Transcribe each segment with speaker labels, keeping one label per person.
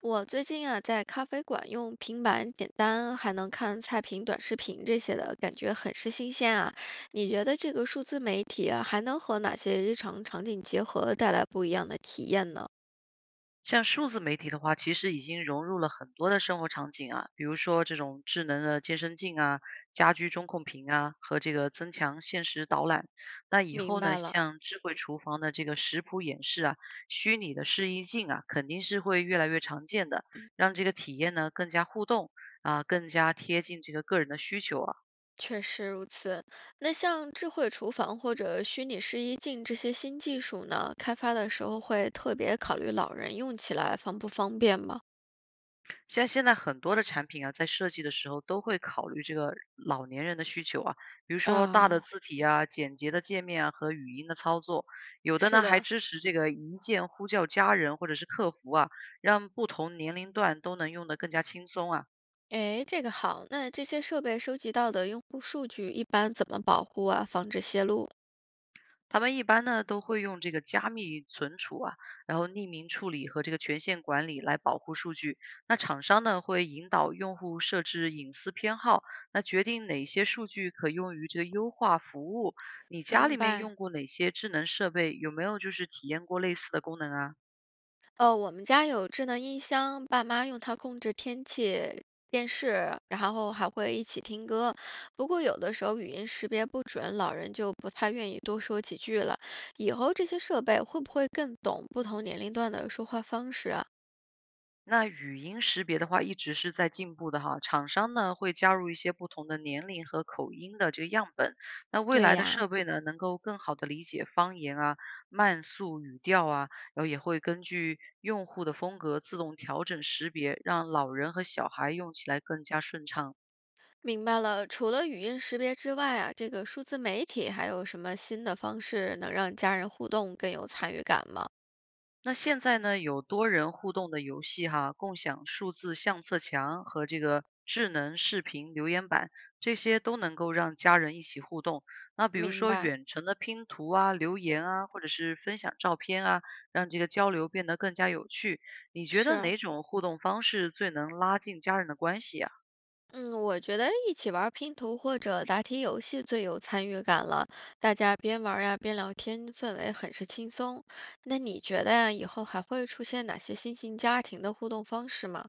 Speaker 1: 我最近啊，在咖啡馆用平板点单，还能看菜品、短视频这些的，感觉很是新鲜啊。你觉得这个数字媒体啊，还能和哪些日常场景结合，带来不一样的体验呢？
Speaker 2: 像数字媒体的话，其实已经融入了很多的生活场景啊，比如说这种智能的健身镜啊、家居中控屏啊和这个增强现实导览。那以
Speaker 1: 明
Speaker 2: 后
Speaker 1: 白
Speaker 2: 呢，
Speaker 1: 了，
Speaker 2: 像智慧厨房的这个食谱演示啊、虚拟的试衣镜啊，肯定是会越来越常见的，让这个体验呢更加互动啊，更加贴近这个个人的需求啊。
Speaker 1: 确实如此。那像智慧厨房或者虚拟试衣镜这些新技术呢，开发的时候会特别考虑老人用起来方不方便吗？
Speaker 2: 像现在很多的产品啊，在设计的时候都会考虑这个老年人的需求啊，比如说大的
Speaker 1: 啊，
Speaker 2: 字体啊、简洁的界面啊和语音的操作，有的
Speaker 1: 是
Speaker 2: 呢还
Speaker 1: 的，
Speaker 2: 支持这个一键呼叫家人或者是客服啊，让不同年龄段都能用得更加轻松啊。
Speaker 1: 诶，这个好。那这些设备收集到的用户数据一般怎么保护啊，防止泄露？
Speaker 2: 他们一般呢都会用这个加密存储啊，然后匿名处理和这个权限管理来保护数据。那厂商呢会引导用户设置隐私偏好，那决定哪些数据可用于这个优化服务。你家
Speaker 1: 明
Speaker 2: 里面
Speaker 1: 白，
Speaker 2: 用过哪些智能设备？有没有就是体验过类似的功能啊？
Speaker 1: 我们家有智能音箱，爸妈用它控制天气、电视，然后还会一起听歌。不过有的时候语音识别不准，老人就不太愿意多说几句了。以后这些设备会不会更懂不同年龄段的说话方式啊？
Speaker 2: 那语音识别的话，一直是在进步的哈。厂商呢会加入一些不同的年龄和口音的这个样本。那未
Speaker 1: 对
Speaker 2: 来的
Speaker 1: 呀。
Speaker 2: 设备呢，能够更好的理解方言啊、慢速语调啊，然后也会根据用户的风格自动调整识别，让老人和小孩用起来更加顺畅。
Speaker 1: 明白了，除了语音识别之外啊，这个数字媒体还有什么新的方式能让家人互动更有参与感吗？
Speaker 2: 那现在呢，有多人互动的游戏哈，共享数字相册墙和这个智能视频留言板，这些都能够让家人一起互动。那比如
Speaker 1: 明
Speaker 2: 说
Speaker 1: 白，
Speaker 2: 远程的拼图啊、留言啊，或者是分享照片啊，让这个交流变得更加有趣。你觉得
Speaker 1: 是，
Speaker 2: 哪种互动方式最能拉近家人的关系呀？
Speaker 1: 嗯，我觉得一起玩儿拼图或者答题游戏最有参与感了，大家边玩儿呀边聊天，氛围很是轻松。那你觉得呀，以后还会出现哪些新型家庭的互动方式吗？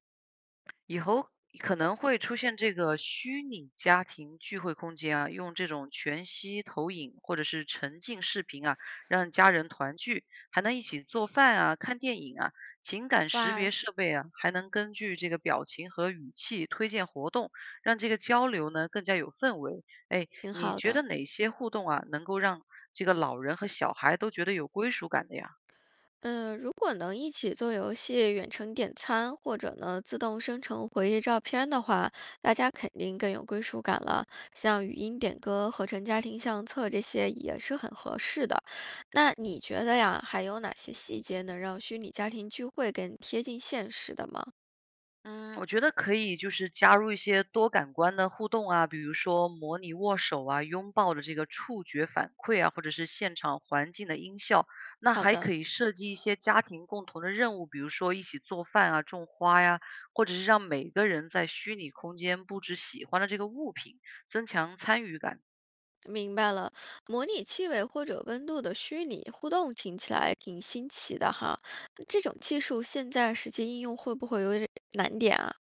Speaker 2: 以后可能会出现这个虚拟家庭聚会空间啊，用这种全息投影或者是沉浸视频啊，让家人团聚，还能一起做饭啊、看电影啊。情感识
Speaker 1: 哇，
Speaker 2: 别设备啊，还能根据这个表情和语气推荐活动，让这个交流呢更加有氛围。哎，
Speaker 1: 挺
Speaker 2: 你
Speaker 1: 好
Speaker 2: 觉得
Speaker 1: 的。
Speaker 2: 哪些互动啊，能够让这个老人和小孩都觉得有归属感的呀？
Speaker 1: 嗯，如果能一起做游戏、远程点餐，或者呢自动生成回忆照片的话，大家肯定更有归属感了。像语音点歌、合成家庭相册这些也是很合适的。那你觉得呀，还有哪些细节能让虚拟家庭聚会更贴近现实的吗？
Speaker 2: 嗯，我觉得可以，就是加入一些多感官的互动啊，比如说模拟握手啊、拥抱的这个触觉反馈啊，或者是现场环境的音效。那
Speaker 1: 好
Speaker 2: 还
Speaker 1: 的，
Speaker 2: 可以设计一些家庭共同的任务，比如说一起做饭啊、种花呀，或者是让每个人在虚拟空间布置喜欢的这个物品，增强参与感。
Speaker 1: 明白了。模拟气味或者温度的虚拟互动听起来挺新奇的哈。这种技术现在实际应用会不会有点难点啊？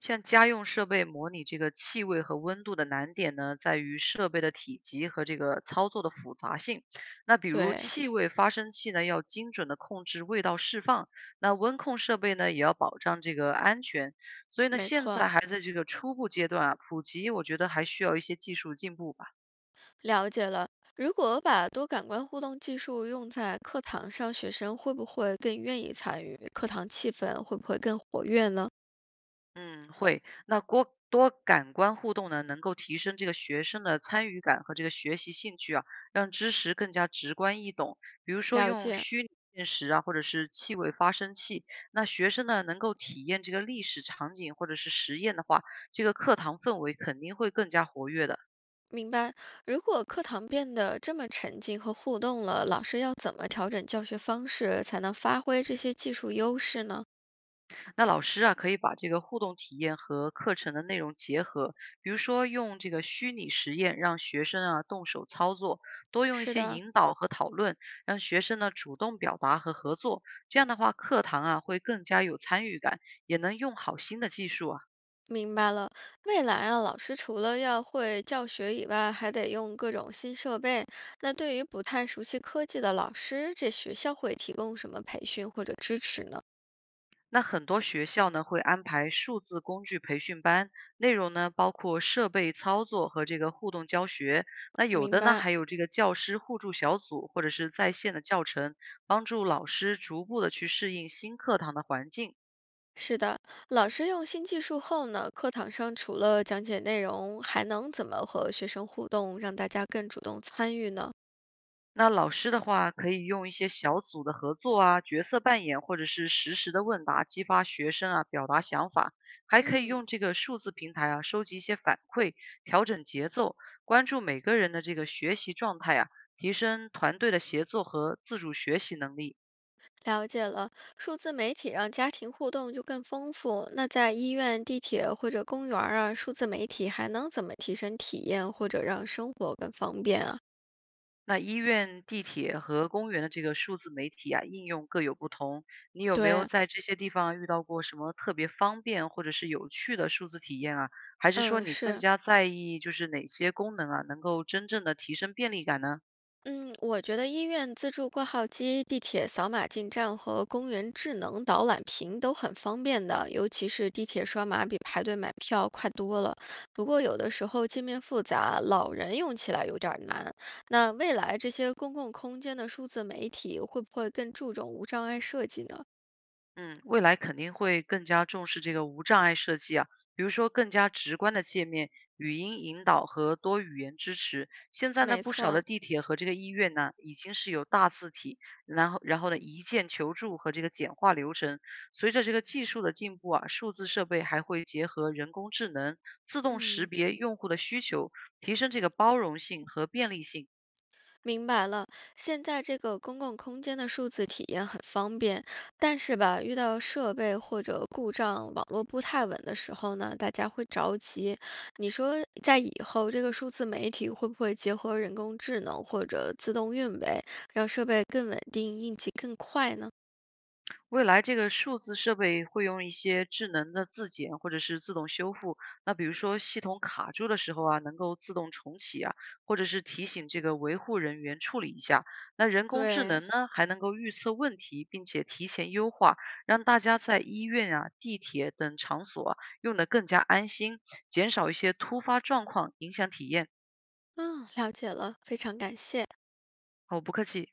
Speaker 2: 像家用设备模拟这个气味和温度的难点呢，在于设备的体积和这个操作的复杂性。那比如
Speaker 1: 对。
Speaker 2: 气味发生器呢，要精准的控制味道释放；那温控设备呢，也要保障这个安全。所以呢，
Speaker 1: 没
Speaker 2: 现
Speaker 1: 错，
Speaker 2: 在还在这个初步阶段啊，普及我觉得还需要一些技术进步吧。
Speaker 1: 了解了。如果把多感官互动技术用在课堂上，学生会不会更愿意参与？课堂气氛会不会更活跃呢？
Speaker 2: 嗯，会。那多感官互动呢，能够提升这个学生的参与感和这个学习兴趣啊，让知识更加直观易懂。比如说
Speaker 1: 了
Speaker 2: 用
Speaker 1: 解，
Speaker 2: 虚拟现实啊，或者是气味发生器，那学生呢能够体验这个历史场景或者是实验的话，这个课堂氛围肯定会更加活跃的。
Speaker 1: 明白。如果课堂变得这么沉静和互动了，老师要怎么调整教学方式，才能发挥这些技术优势呢？
Speaker 2: 那老师啊，可以把这个互动体验和课程的内容结合，比如说用这个虚拟实验让学生啊动手操作，多用一
Speaker 1: 是
Speaker 2: 些
Speaker 1: 的，
Speaker 2: 引导和讨论，让学生呢主动表达和合作。这样的话，课堂啊会更加有参与感，也能用好新的技术啊。
Speaker 1: 明白了，未来啊，老师除了要会教学以外，还得用各种新设备。那对于不太熟悉科技的老师，这学校会提供什么培训或者支持呢？
Speaker 2: 那很多学校呢会安排数字工具培训班，内容呢包括设备操作和这个互动教学。那有
Speaker 1: 明
Speaker 2: 的呢
Speaker 1: 白，
Speaker 2: 还有这个教师互助小组或者是在线的教程，帮助老师逐步的去适应新课堂的环境。
Speaker 1: 是的，老师用新技术后呢，课堂上除了讲解内容，还能怎么和学生互动，让大家更主动参与呢？
Speaker 2: 那老师的话，可以用一些小组的合作啊、角色扮演，或者是实时的问答，激发学生啊表达想法。还可以用
Speaker 1: 嗯。
Speaker 2: 这个数字平台啊，收集一些反馈，调整节奏，关注每个人的这个学习状态啊，提升团队的协作和自主学习能力。
Speaker 1: 了解了，数字媒体让家庭互动就更丰富。那在医院、地铁或者公园儿啊，数字媒体还能怎么提升体验，或者让生活更方便啊？
Speaker 2: 那医院、地铁和公园的这个数字媒体啊，应用各有不同。你有没有
Speaker 1: 对，
Speaker 2: 在这些地方遇到过什么特别方便或者是有趣的数字体验啊？还是说
Speaker 1: 嗯，
Speaker 2: 你更
Speaker 1: 是。
Speaker 2: 加在意就是哪些功能啊，能够真正的提升便利感呢？
Speaker 1: 嗯，我觉得医院自助挂号机、地铁扫码进站和公园智能导览屏都很方便的，尤其是地铁刷码比排队买票快多了。不过有的时候界面复杂，老人用起来有点儿难。那未来这些公共空间的数字媒体会不会更注重无障碍设计呢？
Speaker 2: 嗯，未来肯定会更加重视这个无障碍设计啊，比如说更加直观的界面、语音引导和多语言支持。现在呢，
Speaker 1: 没
Speaker 2: 不少的
Speaker 1: 错，
Speaker 2: 地铁和这个医院呢，已经是有大字体，然后呢，一键求助和这个简化流程。随着这个技术的进步啊，数字设备还会结合人工智能，自动识
Speaker 1: 嗯。
Speaker 2: 别用户的需求，提升这个包容性和便利性。
Speaker 1: 明白了，现在这个公共空间的数字体验很方便，但是吧，遇到设备或者故障、网络不太稳的时候呢，大家会着急。你说，在以后这个数字媒体会不会结合人工智能或者自动运维，让设备更稳定、应急更快呢？
Speaker 2: 未来这个数字设备会用一些智能的自检或者是自动修复，那比如说系统卡住的时候啊，能够自动重启啊，或者是提醒这个维护人员处理一下。那人工智
Speaker 1: 对，
Speaker 2: 能呢，还能够预测问题，并且提前优化，让大家在医院啊、地铁等场所啊用得更加安心，减少一些突发状况影响体验。
Speaker 1: 嗯，了解了，非常感谢。
Speaker 2: 好，不客气。